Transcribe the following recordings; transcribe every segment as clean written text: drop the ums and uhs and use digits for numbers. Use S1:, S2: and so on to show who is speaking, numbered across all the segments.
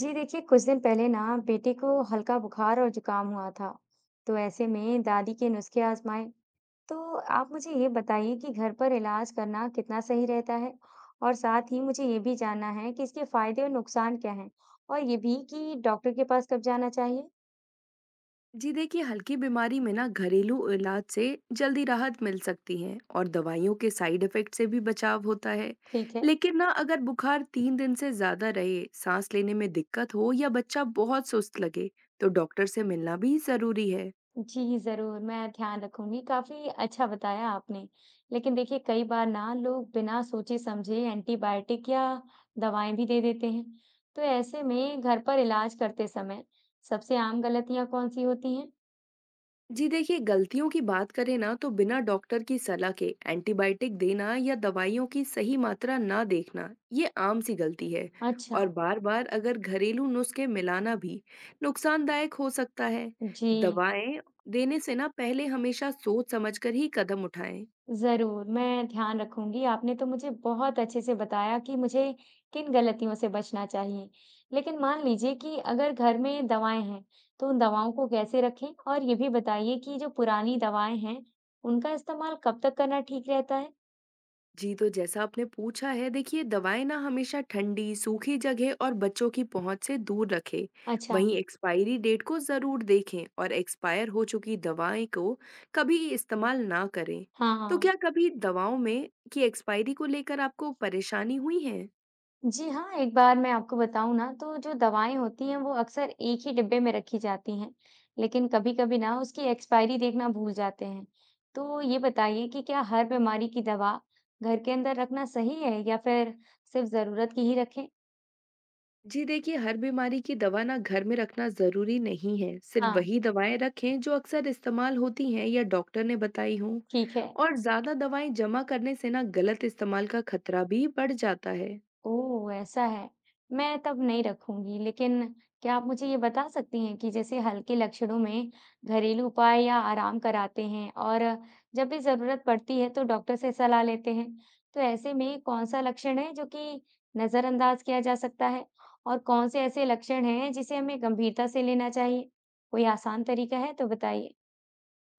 S1: जी देखिए, कुछ दिन पहले ना बेटी को हल्का बुखार और जुकाम हुआ था। तो ऐसे में दादी के नुस्खे आजमाए। तो आप मुझे ये बताइए कि घर पर इलाज करना कितना सही रहता है। और साथ ही मुझे ये भी जानना है कि इसके फायदे और नुकसान क्या हैं। और ये भी कि डॉक्टर के पास कब जाना चाहिए।
S2: जी देखिए हल्की बीमारी में ना घरेलू इलाज से जल्दी राहत मिल सकती है और दवाइयों के साइड इफेक्ट से भी बचाव होता है।
S1: ठीक है।
S2: लेकिन ना अगर बुखार 3 दिन से ज्यादा रहे सांस लेने में दिक्कत हो या बच्चा बहुत सुस्त लगे तो डॉक्टर से मिलना भी जरूरी है।
S1: जी, ज़रूर, मैं ध्यान रखूँगी, काफ़ी अच्छा बताया आपने। लेकिन देखिए, कई बार ना लोग बिना सोचे-समझे एंटीबायोटिक या दवाएँ भी दे देते हैं। तो ऐसे में घर पर इलाज करते समय सबसे आम गलतियाँ कौन-सी होती हैं?
S2: जी देखिए गलतियों की बात करें ना तो बिना डॉक्टर की सलाह के एंटीबायोटिक देना या दवाइयों की सही मात्रा ना देखना ये आम सी गलती है।
S1: अच्छा।
S2: और बार बार अगर घरेलू नुस्खे मिलाना भी नुकसानदायक हो सकता है।
S1: जी।
S2: दवाएं देने से ना पहले हमेशा सोच समझकर ही कदम उठाएं।
S1: ज़रूर, मैं ध्यान रखूँगी। आपने तो मुझे बहुत अच्छे से बताया कि मुझे किन गलतियों से बचना चाहिए। लेकिन मान लीजिए कि अगर घर में दवाएँ हैं, तो उन दवाओं को कैसे रखें? और ये भी बताइए कि जो पुरानी दवाएँ हैं, उनका इस्तेमाल कब तक करना ठीक रहता है?
S2: जी, तो जैसा आपने पूछा है, देखिए दवाएँ ना हमेशा ठंडी, सूखी जगह और बच्चों की पहुँच से दूर रखें।
S1: अच्छा।
S2: वहीं एक्सपायरी डेट को ज़रूर देखें और एक्सपायर हो चुकी दवाएँ को कभी इस्तेमाल ना करें।
S1: हाँ,
S2: तो क्या
S1: हाँ।
S2: कभी दवाओं में की एक्सपायरी को लेकर आपको परेशानी हुई है?
S1: जी हाँ, एक बार मैं आपको बताऊँ ना तो जो दवाएँ होती हैं वो अक्सर एक ही डिब्बे में रखी जाती हैं, लेकिन कभी-कभी ना उसकी एक्सपायरी देखना भूल जाते हैं। तो ये बताइए कि क्या हर बीमारी की दवा घर के अंदर रखना सही है या फिर सिर्फ ज़रूरत की ही रखें?
S2: जी देखिए, हर बीमारी की दवा ना घर में रखना ज़रूरी नहीं है। सिर्फ़
S1: हाँ,
S2: वही दवाएँ रखें जो अक्सर इस्तेमाल होती हैं या डॉक्टर ने बताई हों।
S1: ठीक है।
S2: और ज़्यादा दवाएँ जमा करने से ना गलत इस्तेमाल का खतरा भी बढ़ जाता है।
S1: ओह! ऐसा है। मैं तब नहीं रखूँगी, लेकिन क्या आप मुझे ये बता सकती हैं कि जैसे हल्के लक्षणों में घरेलू उपाय या आराम कराते हैं और जब भी ज़रूरत पड़ती है तो डॉक्टर से सलाह लेते हैं। तो ऐसे में कौन-सा लक्षण है जो कि नज़रअंदाज किया जा सकता है? और कौन से ऐसे लक्षण हैं जिसे हमें गंभीरता से लेना चाहिए? कोई आसान तरीका है तो बताइए।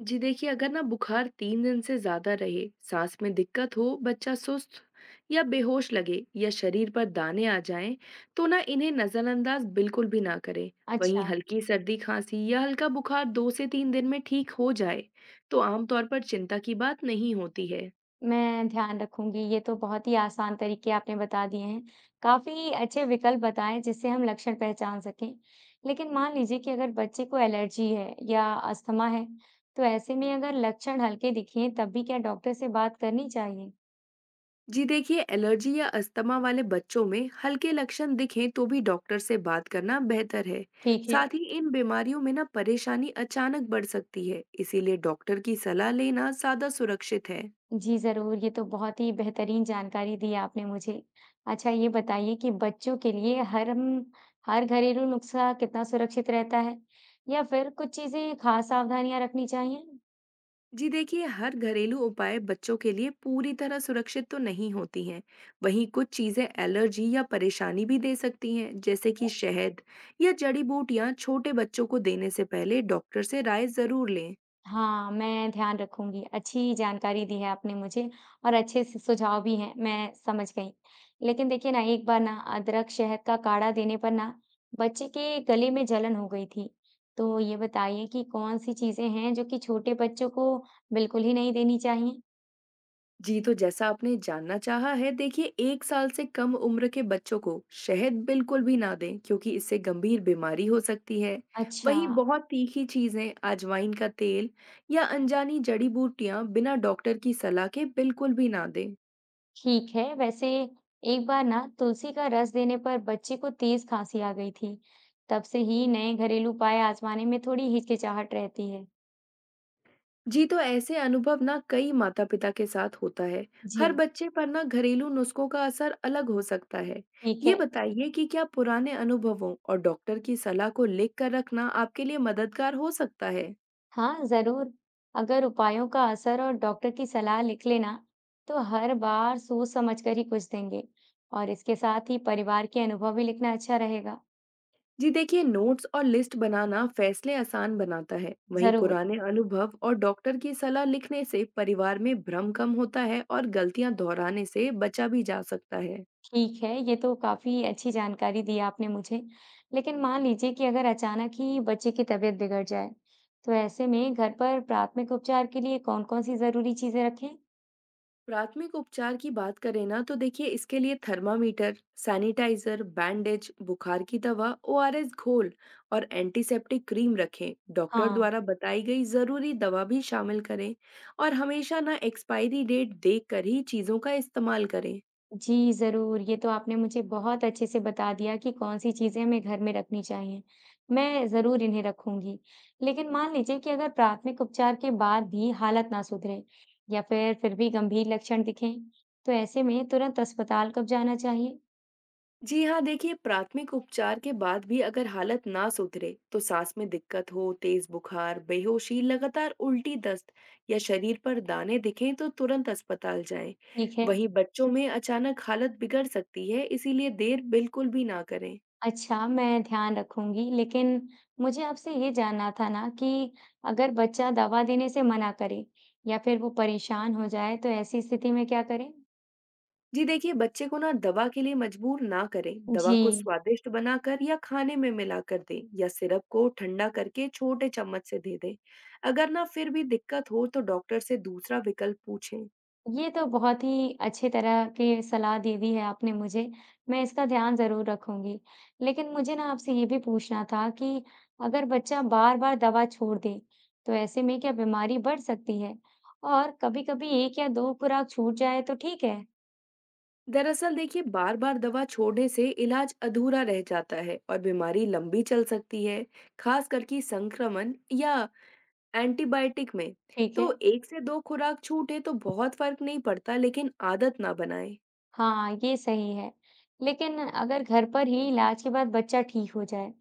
S2: जी देखिए अगर ना बुखार 3 दिन से ज्यादा रहे, सांस में दिक्कत हो, बच्चा सुस्त या बेहोश लगे या शरीर पर दाने आ जाएं, तो ना इन्हें नजरअंदाज बिल्कुल भी ना करें। वहीं
S1: अच्छा।
S2: हल्की सर्दी खांसी या हल्का बुखार 2 से 3 दिन में ठीक हो जाए, तो आमतौर पर चिंता की बात नहीं होती है।
S1: मैं ध्यान रखूंगी। ये तो बहुत ही आसान तरीके आपने बता दिए हैं। काफ़ी अच्छे विकल्प बताएँ जिससे हम लक्षण पहचान सकें। लेकिन मान लीजिए कि अगर बच्चे को एलर्जी है या अस्थमा है, तो ऐसे में अगर लक्षण हल्के दिखें तब भी क्या डॉक्टर से बात करनी चाहिए?
S2: जी देखिए एलर्जी या अस्थमा वाले बच्चों में हल्के लक्षण दिखें तो भी डॉक्टर से बात करना बेहतर है।
S1: ठीक है।
S2: साथ ही इन बीमारियों में ना परेशानी अचानक बढ़ सकती है इसीलिए डॉक्टर की सलाह लेना ज्यादा सुरक्षित है।
S1: जी ज़रूर, ये तो बहुत ही बेहतरीन जानकारी दी आपने मुझे। अच्छा ये बताइए कि बच्चों के लिए हर घरेलू नुस्खा कितना सुरक्षित रहता है? या फिर कुछ चीज़ें खास सावधानियां रखनी चाहिए?
S2: जी देखिए हर घरेलू उपाय बच्चों के लिए पूरी तरह सुरक्षित तो नहीं होती हैं। वहीं कुछ चीजें एलर्जी या परेशानी भी दे सकती हैं जैसे कि शहद या जड़ी बूटियां छोटे बच्चों को देने से पहले डॉक्टर से राय जरूर लें।
S1: हाँ, मैं ध्यान रखूँगी। अच्छी जानकारी दी है आपने मुझे और अच्छे स सुझाव भी हैं, मैं समझ गई। लेकिन देखिए ना, एक बार ना अदरक शहद का काढ़ा देने पर ना बच्चे के गले में जलन हो गई थी। तो ये बताइए कि कौन-सी चीज़ें हैं जो कि छोटे बच्चों को बिल्कुल ही नहीं देनी चाहिए?
S2: जी तो जैसा आपने जानना चाहा है देखिए 1 साल से कम उम्र के बच्चों को शहद बिल्कुल भी ना दें क्योंकि इससे गंभीर बीमारी हो सकती है।
S1: अच्छा,
S2: वहीं बहुत तीखी चीजें अजवाइन का तेल या अनजानी जड़ी बूटियां बिना डॉक्टर की सलाह के बिल्कुल भी ना दें।
S1: ठीक है। वैसे एक बार ना तुलसी का रस देने पर बच्चे को तेज़ खाँसी आ गई थी। तब से ही नए घरेलू उपाय आज़माने में थोड़ी हिचकिचाहट रहती है।
S2: जी तो ऐसे अनुभव ना कई माता पिता के साथ होता है। हर
S1: जी,
S2: बच्चे पर ना घरेलू नुस्खों का असर अलग हो सकता है।
S1: ठीक
S2: ये
S1: है।
S2: बताइए कि क्या पुराने अनुभवों और डॉक्टर की सलाह को लिख कर रखना आपके लिए मददगार हो सकता है?
S1: हाँ, ज़रूर। अगर उपायों का असर और डॉक्टर की सलाह लिख लेना, तो हर बार सोच-समझ कर ही कुछ देंगे। और इसके साथ ही परिवार के अनुभव भी लिखना अच्छा रहेगा।
S2: जी देखिए नोट्स और लिस्ट बनाना फैसले आसान बनाता है। वहीं
S1: ज़रूर,
S2: पुराने अनुभव और डॉक्टर की सलाह लिखने से परिवार में भ्रम कम होता है और गलतियां दोहराने से बचा भी जा सकता है।
S1: ठीक है, ये तो काफ़ी अच्छी जानकारी दी आपने मुझे। लेकिन मान लीजिए कि अगर अचानक ही बच्चे की तबीयत बिगड़ जाए, तो ऐसे में घर पर प्राथमिक उपचार के लिए कौन-कौन सी ज़रूरी चीज़ें रखें?
S2: प्राथमिक उपचार की बात करें ना तो देखिए इसके लिए थर्मामीटर सैनिटाइजर बैंडेज बुखार की दवा ओआरएस घोल और एंटीसेप्टिक क्रीम रखें। डॉक्टर
S1: हाँ।
S2: द्वारा बताई गई जरूरी दवा भी शामिल करें। और हमेशा ना एक्सपायरी डेट देख कर ही चीजों का इस्तेमाल करें।
S1: जी, ज़रूर। ये तो आपने मुझे बहुत अच्छे से बता दिया कि कौन-सी चीज़ें हमें घर में रखनी चाहिए। मैं ज़रूर इन्हें रखूँगी। लेकिन मान लीजिए कि अगर प्राथमिक उपचार के बाद भी हालत ना सुधरे या फिर भी गंभीर लक्षण दिखें, तो ऐसे में तुरंत अस्पताल कब जाना चाहिए?
S2: जी हाँ देखिए प्राथमिक उपचार के बाद भी अगर हालत ना सुधरे तो सांस में दिक्कत हो तेज बुखार बेहोशी लगातार उल्टी दस्त या शरीर पर दाने दिखें तो तुरंत अस्पताल जाएं।
S1: ठीक है।
S2: वहीं बच्चों में अचानक हालत बिगड़ सकती है इसीलिए देर बिल्कुल भी ना करें।
S1: अच्छा, मैं ध्यान रखूँगी। लेकिन मुझे आपसे ये जानना था ना कि अगर बच्चा दवा देने से मना करे या फिर वो परेशान हो जाए, तो ऐसी स्थिति में क्या करें?
S2: जी देखिए बच्चे को ना दवा के लिए मजबूर ना करें दवा
S1: जी।
S2: को स्वादिष्ट बनाकर या खाने में मिलाकर दें या सिरप को ठंडा करके छोटे चम्मच से दे दें। अगर ना फिर भी दिक्कत हो तो डॉक्टर से दूसरा विकल्प पूछें।
S1: ये तो बहुत ही अच्छी तरह की सलाह दे दी है आपने मुझे। मैं इसका ध्यान ज़रूर रखूँगी। लेकिन मुझे ना आपसे ये भी पूछना था कि अगर बच्चा बार-बार दवा छोड़ दे, तो ऐसे में क्या बीमारी बढ़ सकती है? और कभी-कभी 1 या 2 खुराक छूट जाए तो ठीक है,
S2: दरअसल देखिए बार बार दवा छोड़ने से इलाज अधूरा रह जाता है और बीमारी लंबी चल सकती है। खास करके संक्रमण या एंटीबायोटिक में।
S1: ठीक है।
S2: तो 1 से 2 खुराक छूटे तो बहुत फर्क नहीं पड़ता लेकिन आदत ना बनाए।
S1: हाँ, ये सही है। लेकिन अगर घर पर ही इलाज के बाद बच्चा ठीक हो जाए,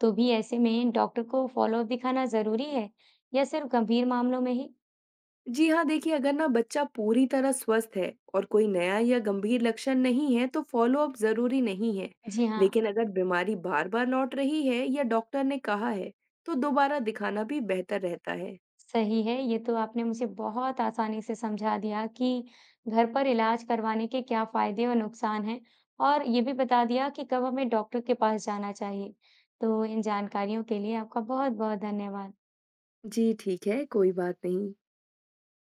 S1: तो भी ऐसे में डॉक्टर को फ़ॉलो-अप दिखाना ज़रूरी है या सिर्फ़ गंभीर मामलों में ही?
S2: जी हाँ देखिए अगर ना बच्चा पूरी तरह स्वस्थ है और कोई नया या गंभीर लक्षण नहीं है तो फॉलोअप जरूरी नहीं है।
S1: जी हाँ।
S2: लेकिन अगर बीमारी बार बार लौट रही है या डॉक्टर ने कहा है तो दोबारा दिखाना भी बेहतर रहता है।
S1: सही है, ये तो आपने मुझे बहुत आसानी से समझा दिया कि घर पर इलाज करवाने के क्या फ़ायदे और नुकसान हैं और ये भी बता दिया कि कब हमें डॉक्टर के पास जाना चाहिए। तो इन जानकारियों के लिए आपका बहुत-बहुत धन्यवाद।
S2: जी ठीक है कोई बात नहीं।